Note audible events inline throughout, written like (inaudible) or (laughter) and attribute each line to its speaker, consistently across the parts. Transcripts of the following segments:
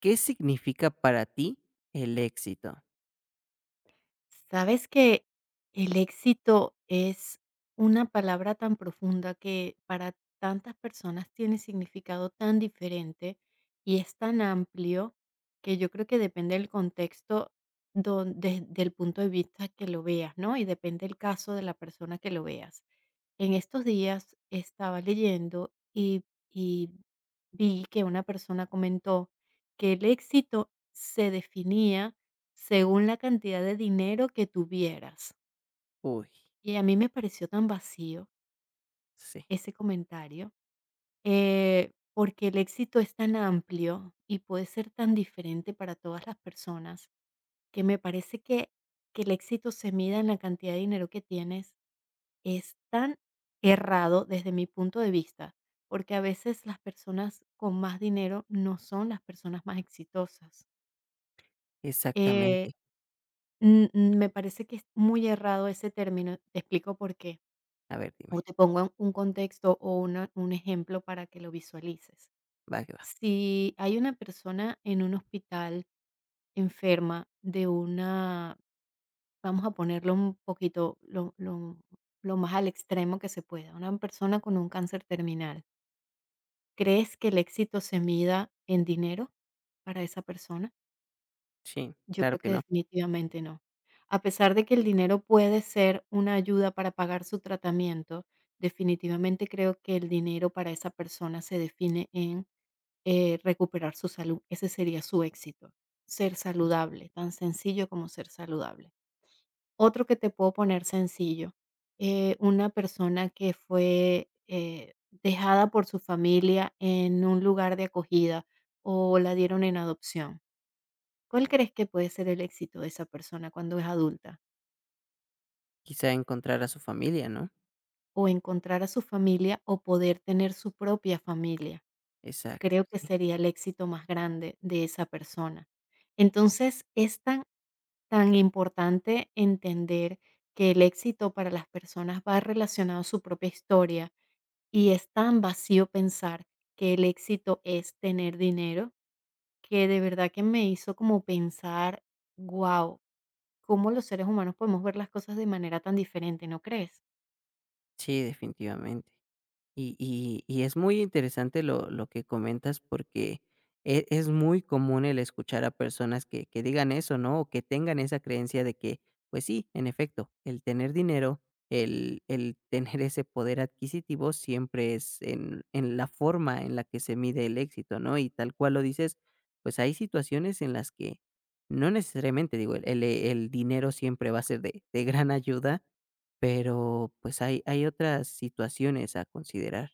Speaker 1: ¿Qué significa para ti el éxito?
Speaker 2: Sabes que el éxito es una palabra tan profunda que para tantas personas tiene significado tan diferente y es tan amplio que yo creo que depende del contexto desde el punto de vista que lo veas, ¿no? Y depende el caso de la persona que lo veas. En estos días estaba leyendo y vi que una persona comentó que el éxito se definía según la cantidad de dinero que tuvieras.
Speaker 1: Uy,
Speaker 2: Y a mí me pareció tan vacío
Speaker 1: sí,
Speaker 2: ese comentario, porque el éxito es tan amplio y puede ser tan diferente para todas las personas, que me parece que el éxito se mida en la cantidad de dinero que tienes es tan errado desde mi punto de vista, porque a veces las personas con más dinero no son las personas más exitosas. Eh,
Speaker 1: exactamente.
Speaker 2: Me parece que es muy errado ese término, te explico por qué.
Speaker 1: A ver, dime.
Speaker 2: O te pongo en un contexto o una un ejemplo para que lo visualices.
Speaker 1: Va que va.
Speaker 2: Si hay una persona en un hospital enferma de una, vamos a ponerlo un poquito lo lo más al extremo que se pueda, una persona con un cáncer terminal, ¿crees que el éxito se mida en dinero para esa persona?
Speaker 1: Sí,
Speaker 2: Yo
Speaker 1: claro
Speaker 2: creo
Speaker 1: que
Speaker 2: que
Speaker 1: no.
Speaker 2: definitivamente no. A pesar de que el dinero puede ser una ayuda para pagar su tratamiento, definitivamente creo que el dinero para esa persona se define en, recuperar su salud. Ese sería su éxito, ser saludable, tan sencillo como ser saludable. Otro que te puedo poner sencillo, una persona que fue, dejada por su familia en un lugar de acogida o la dieron en adopción. ¿Cuál crees que puede ser el éxito de esa persona cuando es adulta?
Speaker 1: Quizá encontrar a su familia, ¿no?
Speaker 2: O encontrar a su familia o poder tener su propia familia.
Speaker 1: Exacto,
Speaker 2: Creo que
Speaker 1: sí.
Speaker 2: sería el éxito más grande de esa persona. Entonces, es tan importante entender que el éxito para las personas va relacionado a su propia historia y es tan vacío pensar que el éxito es tener dinero, que de verdad que me hizo como pensar, wow, cómo los seres humanos podemos ver las cosas de manera tan diferente, ¿no crees?
Speaker 1: Sí, definitivamente. Y es muy interesante lo que comentas porque es muy común el escuchar a personas que digan eso, ¿no? O que tengan esa creencia de que, pues sí, en efecto, el tener dinero, el (laughs) tener ese poder adquisitivo siempre es en la forma en la que se mide el éxito, ¿no? Y tal cual lo dices, pues hay situaciones en las que no necesariamente, digo, el dinero siempre va a ser de gran ayuda, pero, pues, hay otras situaciones a considerar.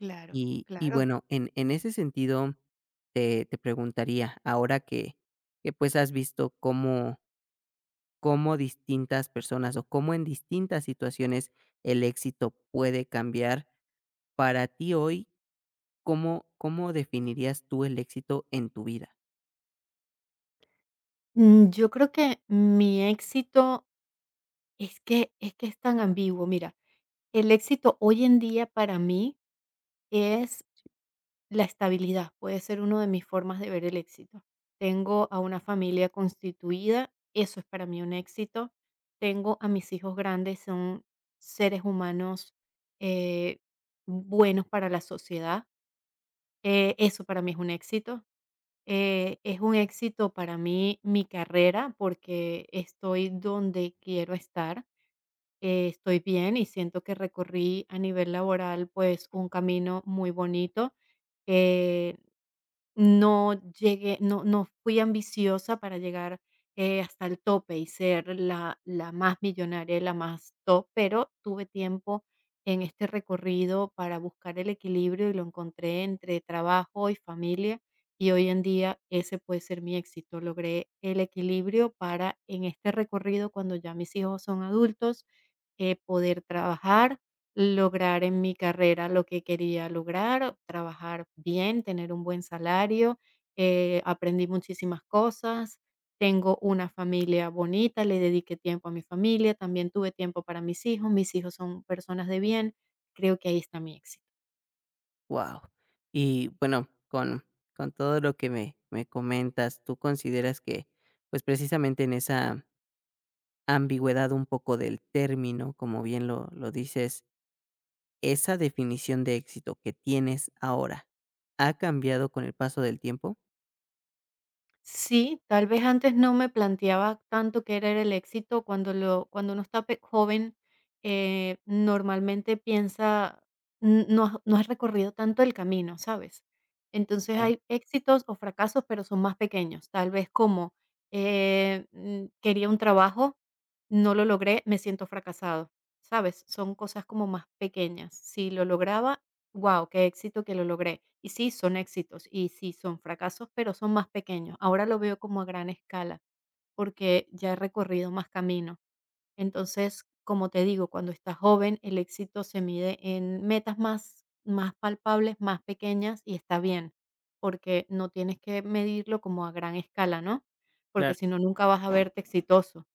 Speaker 2: Claro,
Speaker 1: Y
Speaker 2: claro.
Speaker 1: bueno, en ese sentido, te preguntaría, ahora que, pues, has visto cómo distintas personas, o cómo en distintas situaciones el éxito puede cambiar, para ti hoy, ¿cómo definirías tú el éxito en tu vida?
Speaker 2: Mm, yo creo que mi éxito es que es tan ambiguo. Mira, el éxito hoy en día para mí es la estabilidad, puede ser uno de mis formas de ver el éxito. Tengo a una familia constituida, eso es para mí un éxito. Tengo a mis hijos grandes, son seres humanos eh, buenos para la sociedad, eso para mí es un éxito. Es un éxito para mí mi carrera porque estoy donde quiero estar, estoy bien y siento que recorrí a nivel laboral pues un camino muy bonito. Eh, no fui ambiciosa para llegar, hasta el tope y ser la más millonaria y la más top, pero tuve tiempo en este recorrido para buscar el equilibrio y lo encontré entre trabajo y familia, y hoy en día ese puede ser mi éxito. Logré el equilibrio para en este recorrido, cuando ya mis hijos son adultos, poder trabajar, lograr en mi carrera lo que quería lograr, trabajar bien, tener un buen salario, aprendí muchísimas cosas, tengo una familia bonita, le dediqué tiempo a mi familia, también tuve tiempo para mis hijos son personas de bien, creo que ahí está mi éxito.
Speaker 1: Wow. Y bueno, con todo lo que me comentas, ¿tú consideras que, pues, precisamente en esa ambigüedad un poco del término, como bien lo dices, ¿esa definición de éxito que tienes ahora ha cambiado con el paso del tiempo?
Speaker 2: Sí, tal vez antes no me planteaba tanto qué era el éxito cuando lo cuando uno está pe joven, normalmente piensa, n no has recorrido tanto el camino, ¿sabes? Entonces
Speaker 1: Claro,
Speaker 2: hay éxitos o fracasos, pero son más pequeños, tal vez como, quería un trabajo, no lo logré, me siento fracasado, ¿sabes? Son cosas como más pequeñas. Si lo lograba, wow, qué éxito que lo logré. Y sí, son éxitos y sí, son fracasos, pero son más pequeños. Ahora lo veo como a gran escala porque ya he recorrido más camino. Entonces, como te digo, cuando estás joven, el éxito se mide en metas más palpables, más pequeñas y está bien, porque no tienes que medirlo como a gran escala, ¿no? Porque
Speaker 1: claro,
Speaker 2: si no, nunca vas a verte exitoso.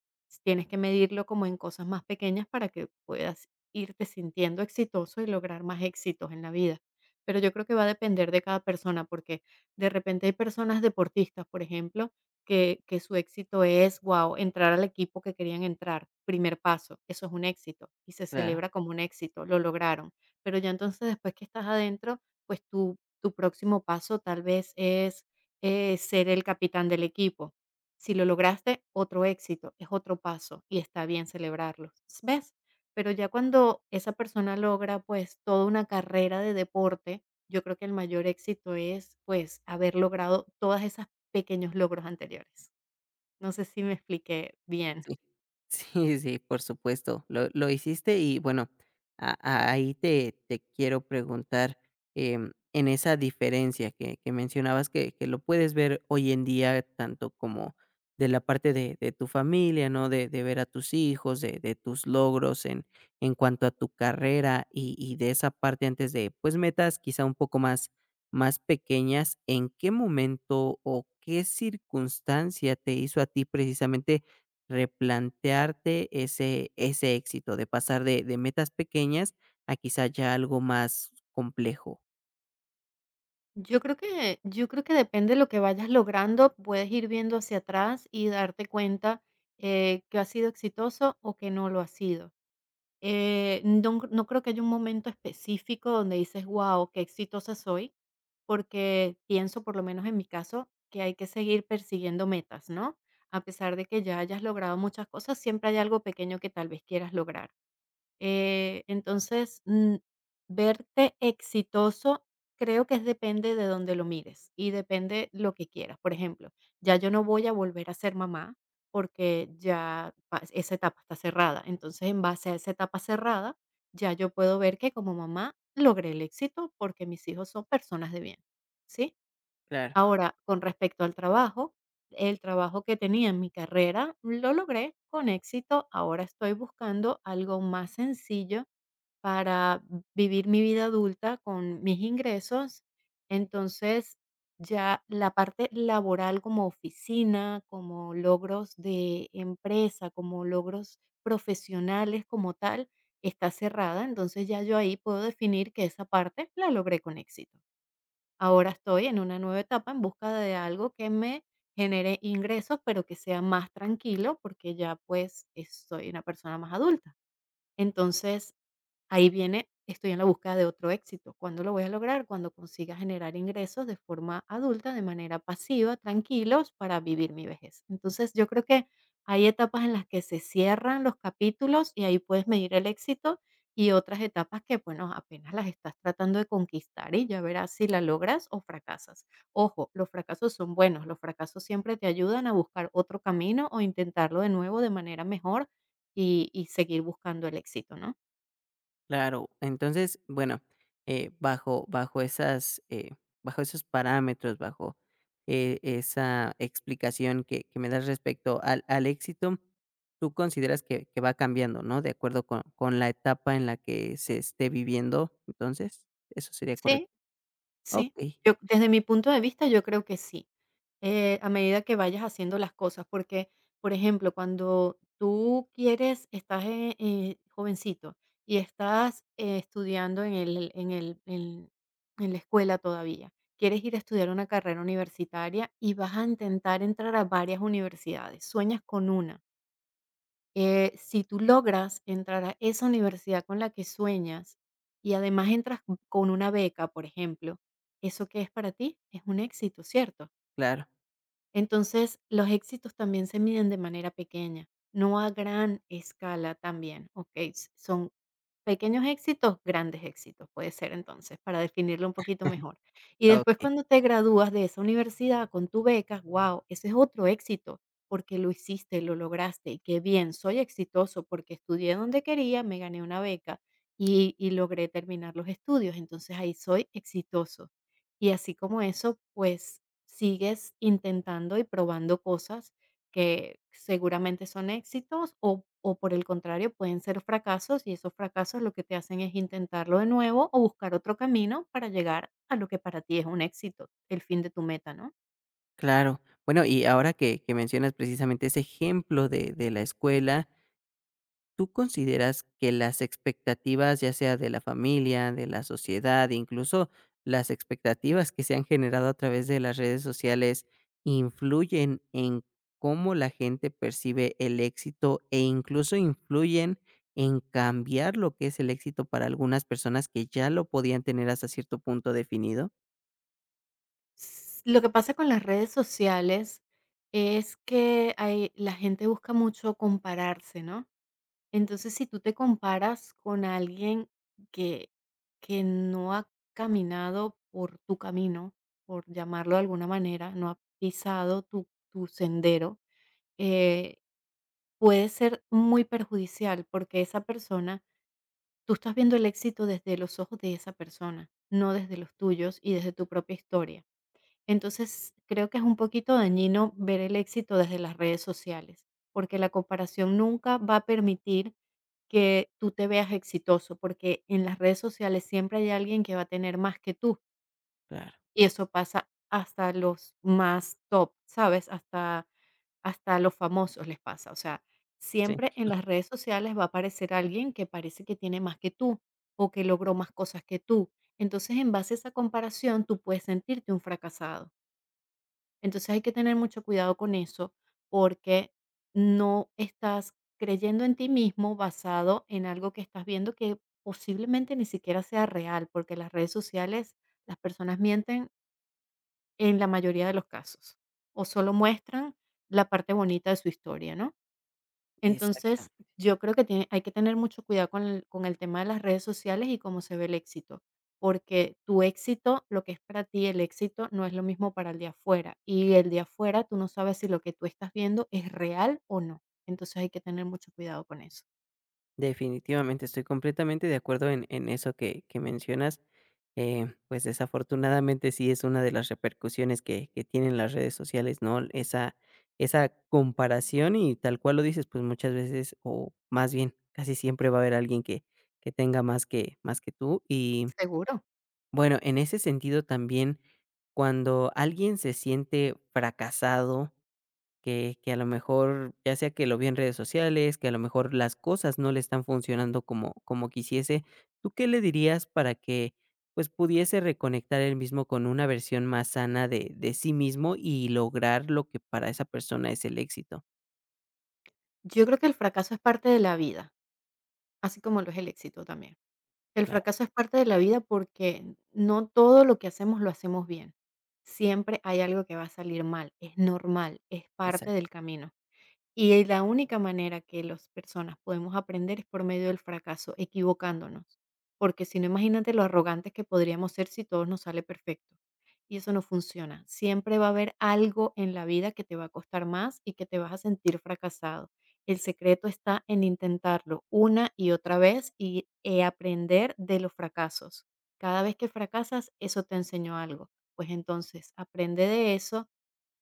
Speaker 2: Tienes que medirlo como en cosas más pequeñas para que puedas irte sintiendo exitoso y lograr más éxitos en la vida. Pero yo creo que va a depender de cada persona, porque de repente hay personas deportistas, por ejemplo, que su éxito es, wow, entrar al equipo que querían entrar, primer paso, eso es un éxito y se
Speaker 1: claro.
Speaker 2: celebra como un éxito, lo lograron. Pero ya entonces después que estás adentro, pues tu próximo paso tal vez es, ser el capitán del equipo. Si lo lograste, otro éxito, es otro paso y está bien celebrarlo, ¿ves? Pero ya cuando esa persona logra, pues, toda una carrera de deporte, yo creo que el mayor éxito es, pues, haber logrado todas esas pequeños logros anteriores. No sé si me expliqué bien.
Speaker 1: Sí, sí, sí, por supuesto, lo hiciste y bueno, a ahí te quiero preguntar, en esa diferencia que mencionabas que lo puedes ver hoy en día, tanto como de la parte de tu familia, ¿no? De ver a tus hijos, de tus logros en cuanto a tu carrera y de esa parte antes de, pues, metas quizá un poco más más pequeñas, ¿en qué momento o qué circunstancia te hizo a ti precisamente replantearte ese éxito, de pasar de metas pequeñas a quizá ya algo más complejo?
Speaker 2: Yo creo que depende de lo que vayas logrando, puedes ir viendo hacia atrás y darte cuenta, que ha sido exitoso o que no lo ha sido. No creo que haya un momento específico donde dices: "Guau, qué exitosa soy", porque pienso, por lo menos en mi caso, que hay que seguir persiguiendo metas, ¿no? A pesar de que ya hayas logrado muchas cosas, siempre hay algo pequeño que tal vez quieras lograr. Entonces, verte exitoso creo que es depende de dónde lo mires y depende lo que quieras. Por ejemplo, ya yo no voy a volver a ser mamá porque ya esa etapa está cerrada. Entonces, en base a esa etapa cerrada, ya yo puedo ver que como mamá logré el éxito porque mis hijos son personas de bien, ¿sí?
Speaker 1: Claro.
Speaker 2: Ahora, con respecto al trabajo, el trabajo que tenía en mi carrera lo logré con éxito. Ahora estoy buscando algo más sencillo para vivir mi vida adulta con mis ingresos. Entonces, ya la parte laboral como oficina, como logros de empresa, como logros profesionales como tal, está cerrada. Entonces ya yo ahí puedo definir que esa parte la logré con éxito. Ahora estoy en una nueva etapa en busca de algo que me genere ingresos, pero que sea más tranquilo, porque ya, pues, soy una persona más adulta. Entonces, ahí viene, estoy en la búsqueda de otro éxito. ¿Cuándo lo voy a lograr? Cuando consiga generar ingresos de forma adulta, de manera pasiva, tranquilos, para vivir mi vejez. Entonces, yo creo que hay etapas en las que se cierran los capítulos y ahí puedes medir el éxito y otras etapas que, bueno, apenas las estás tratando de conquistar y ya verás si la logras o fracasas. Ojo, los fracasos son buenos, los fracasos siempre te ayudan a buscar otro camino o intentarlo de nuevo de manera mejor y seguir buscando el éxito, ¿no?
Speaker 1: Claro, entonces, bueno, bajo esas, bajo esos parámetros, bajo, esa explicación que me das respecto al éxito, tú consideras que va cambiando, ¿no? De acuerdo con la etapa en la que se esté viviendo, entonces, ¿eso sería
Speaker 2: Sí,
Speaker 1: correcto?
Speaker 2: sí,
Speaker 1: Okey,
Speaker 2: yo desde mi punto de vista, yo creo que sí, a medida que vayas haciendo las cosas, porque, por ejemplo, cuando tú quieres, estás jovencito y estás estudiando en en la escuela todavía, quieres ir a estudiar una carrera universitaria y vas a intentar entrar a varias universidades, sueñas con una — si tú logras entrar a esa universidad con la que sueñas y además entras con una beca, por ejemplo, eso que es para ti es un éxito, ¿cierto?
Speaker 1: claro,
Speaker 2: Entonces, los éxitos también se miden de manera pequeña, no a gran escala también, ¿ok? Son pequeños éxitos, grandes éxitos, puede ser entonces, para definirlo un poquito
Speaker 1: (laughs)
Speaker 2: mejor. Y después
Speaker 1: okey.
Speaker 2: cuando te gradúas de esa universidad con tu beca, wow, ese es otro éxito, porque lo hiciste, lo lograste, y qué bien, soy exitoso porque estudié donde quería, me gané una beca y logré terminar los estudios, entonces ahí soy exitoso. Y así como eso, pues sigues intentando y probando cosas que seguramente son éxitos o por el contrario pueden ser fracasos y esos fracasos lo que te hacen es intentarlo de nuevo o buscar otro camino para llegar a lo que para ti es un éxito, el fin de tu meta, ¿no?
Speaker 1: Claro. Bueno, y ahora que mencionas precisamente ese ejemplo de la escuela, ¿tú consideras que las expectativas, ya sea de la familia, de la sociedad, incluso las expectativas que se han generado a través de las redes sociales, influyen en cómo la gente percibe el éxito e incluso influyen en cambiar lo que es el éxito para algunas personas que ya lo podían tener hasta cierto punto definido?
Speaker 2: Lo que pasa con las redes sociales es que hay, la gente busca mucho compararse, ¿no? Entonces, si tú te comparas con alguien que que no ha caminado por tu camino, por llamarlo de alguna manera, no ha pisado tu sendero, eh, puede ser muy perjudicial, porque esa persona, tú estás viendo el éxito desde los ojos de esa persona, no desde los tuyos y desde tu propia historia. Entonces, creo que es un poquito dañino ver el éxito desde las redes sociales, porque la comparación nunca va a permitir que tú te veas exitoso, porque en las redes sociales siempre hay alguien que va a tener más que tú
Speaker 1: Claro.
Speaker 2: y eso pasa hasta los más top, ¿sabes? Hasta a los famosos les pasa, o sea,
Speaker 1: Sí.
Speaker 2: siempre en las redes sociales va a aparecer alguien que parece que tiene más que tú o que logró más cosas que tú. Entonces, en base a esa comparación, tú puedes sentirte un fracasado. Entonces hay que tener mucho cuidado con eso, porque no estás creyendo en ti mismo basado en algo que estás viendo que posiblemente ni siquiera sea real, porque las redes sociales, las personas mienten en la mayoría de los casos, o solo muestran la parte bonita de su historia, ¿no? Entonces,
Speaker 1: Exactamente.
Speaker 2: yo creo que tiene hay que tener mucho cuidado con el tema de las redes sociales y cómo se ve el éxito, porque tu éxito, lo que es para ti el éxito, no es lo mismo para el de afuera, y el de afuera tú no sabes si lo que tú estás viendo es real o no. Entonces, hay que tener mucho cuidado con eso.
Speaker 1: Definitivamente, estoy completamente de acuerdo en eso que mencionas. Pues, desafortunadamente, sí es una de las repercusiones que tienen las redes sociales, ¿no? Esa esa comparación y tal cual lo dices, pues, muchas veces, o más bien, casi siempre va a haber alguien que tenga más que tú. Y,
Speaker 2: Seguro.
Speaker 1: bueno, en ese sentido también, cuando alguien se siente fracasado que a lo mejor, ya sea que lo vio en redes sociales, que a lo mejor las cosas no le están funcionando como quisiese, ¿tú qué le dirías para que, pues, pudiese reconectar él mismo con una versión más sana de sí mismo y lograr lo que para esa persona es el éxito?
Speaker 2: Yo creo que el fracaso es parte de la vida, así como lo es el éxito también. El
Speaker 1: Claro.
Speaker 2: fracaso es parte de la vida porque no todo lo que hacemos lo hacemos bien. Siempre hay algo que va a salir mal, es normal, es parte
Speaker 1: Exacto.
Speaker 2: del camino. Y la única manera que las personas podemos aprender es por medio del fracaso, equivocándonos, porque si no, imagínate lo arrogantes que podríamos ser si todo nos sale perfecto. Y eso no funciona. Siempre va a haber algo en la vida que te va a costar más y que te vas a sentir fracasado. El secreto está en intentarlo una y otra vez y aprender de los fracasos. Cada vez que fracasas, eso te enseñó algo. Pues entonces, aprende de eso,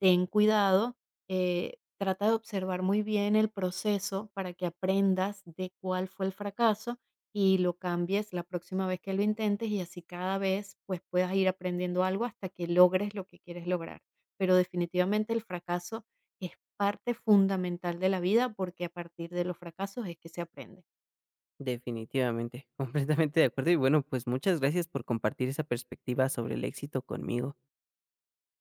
Speaker 2: ten cuidado, trata de observar muy bien el proceso para que aprendas de cuál fue el fracaso y lo cambies la próxima vez que lo intentes y así cada vez pues puedas ir aprendiendo algo hasta que logres lo que quieres lograr. Pero definitivamente el fracaso es parte fundamental de la vida porque a partir de los fracasos es que se aprende.
Speaker 1: Definitivamente, (laughs) completamente de acuerdo y bueno, pues, muchas gracias por compartir esa perspectiva sobre el éxito conmigo.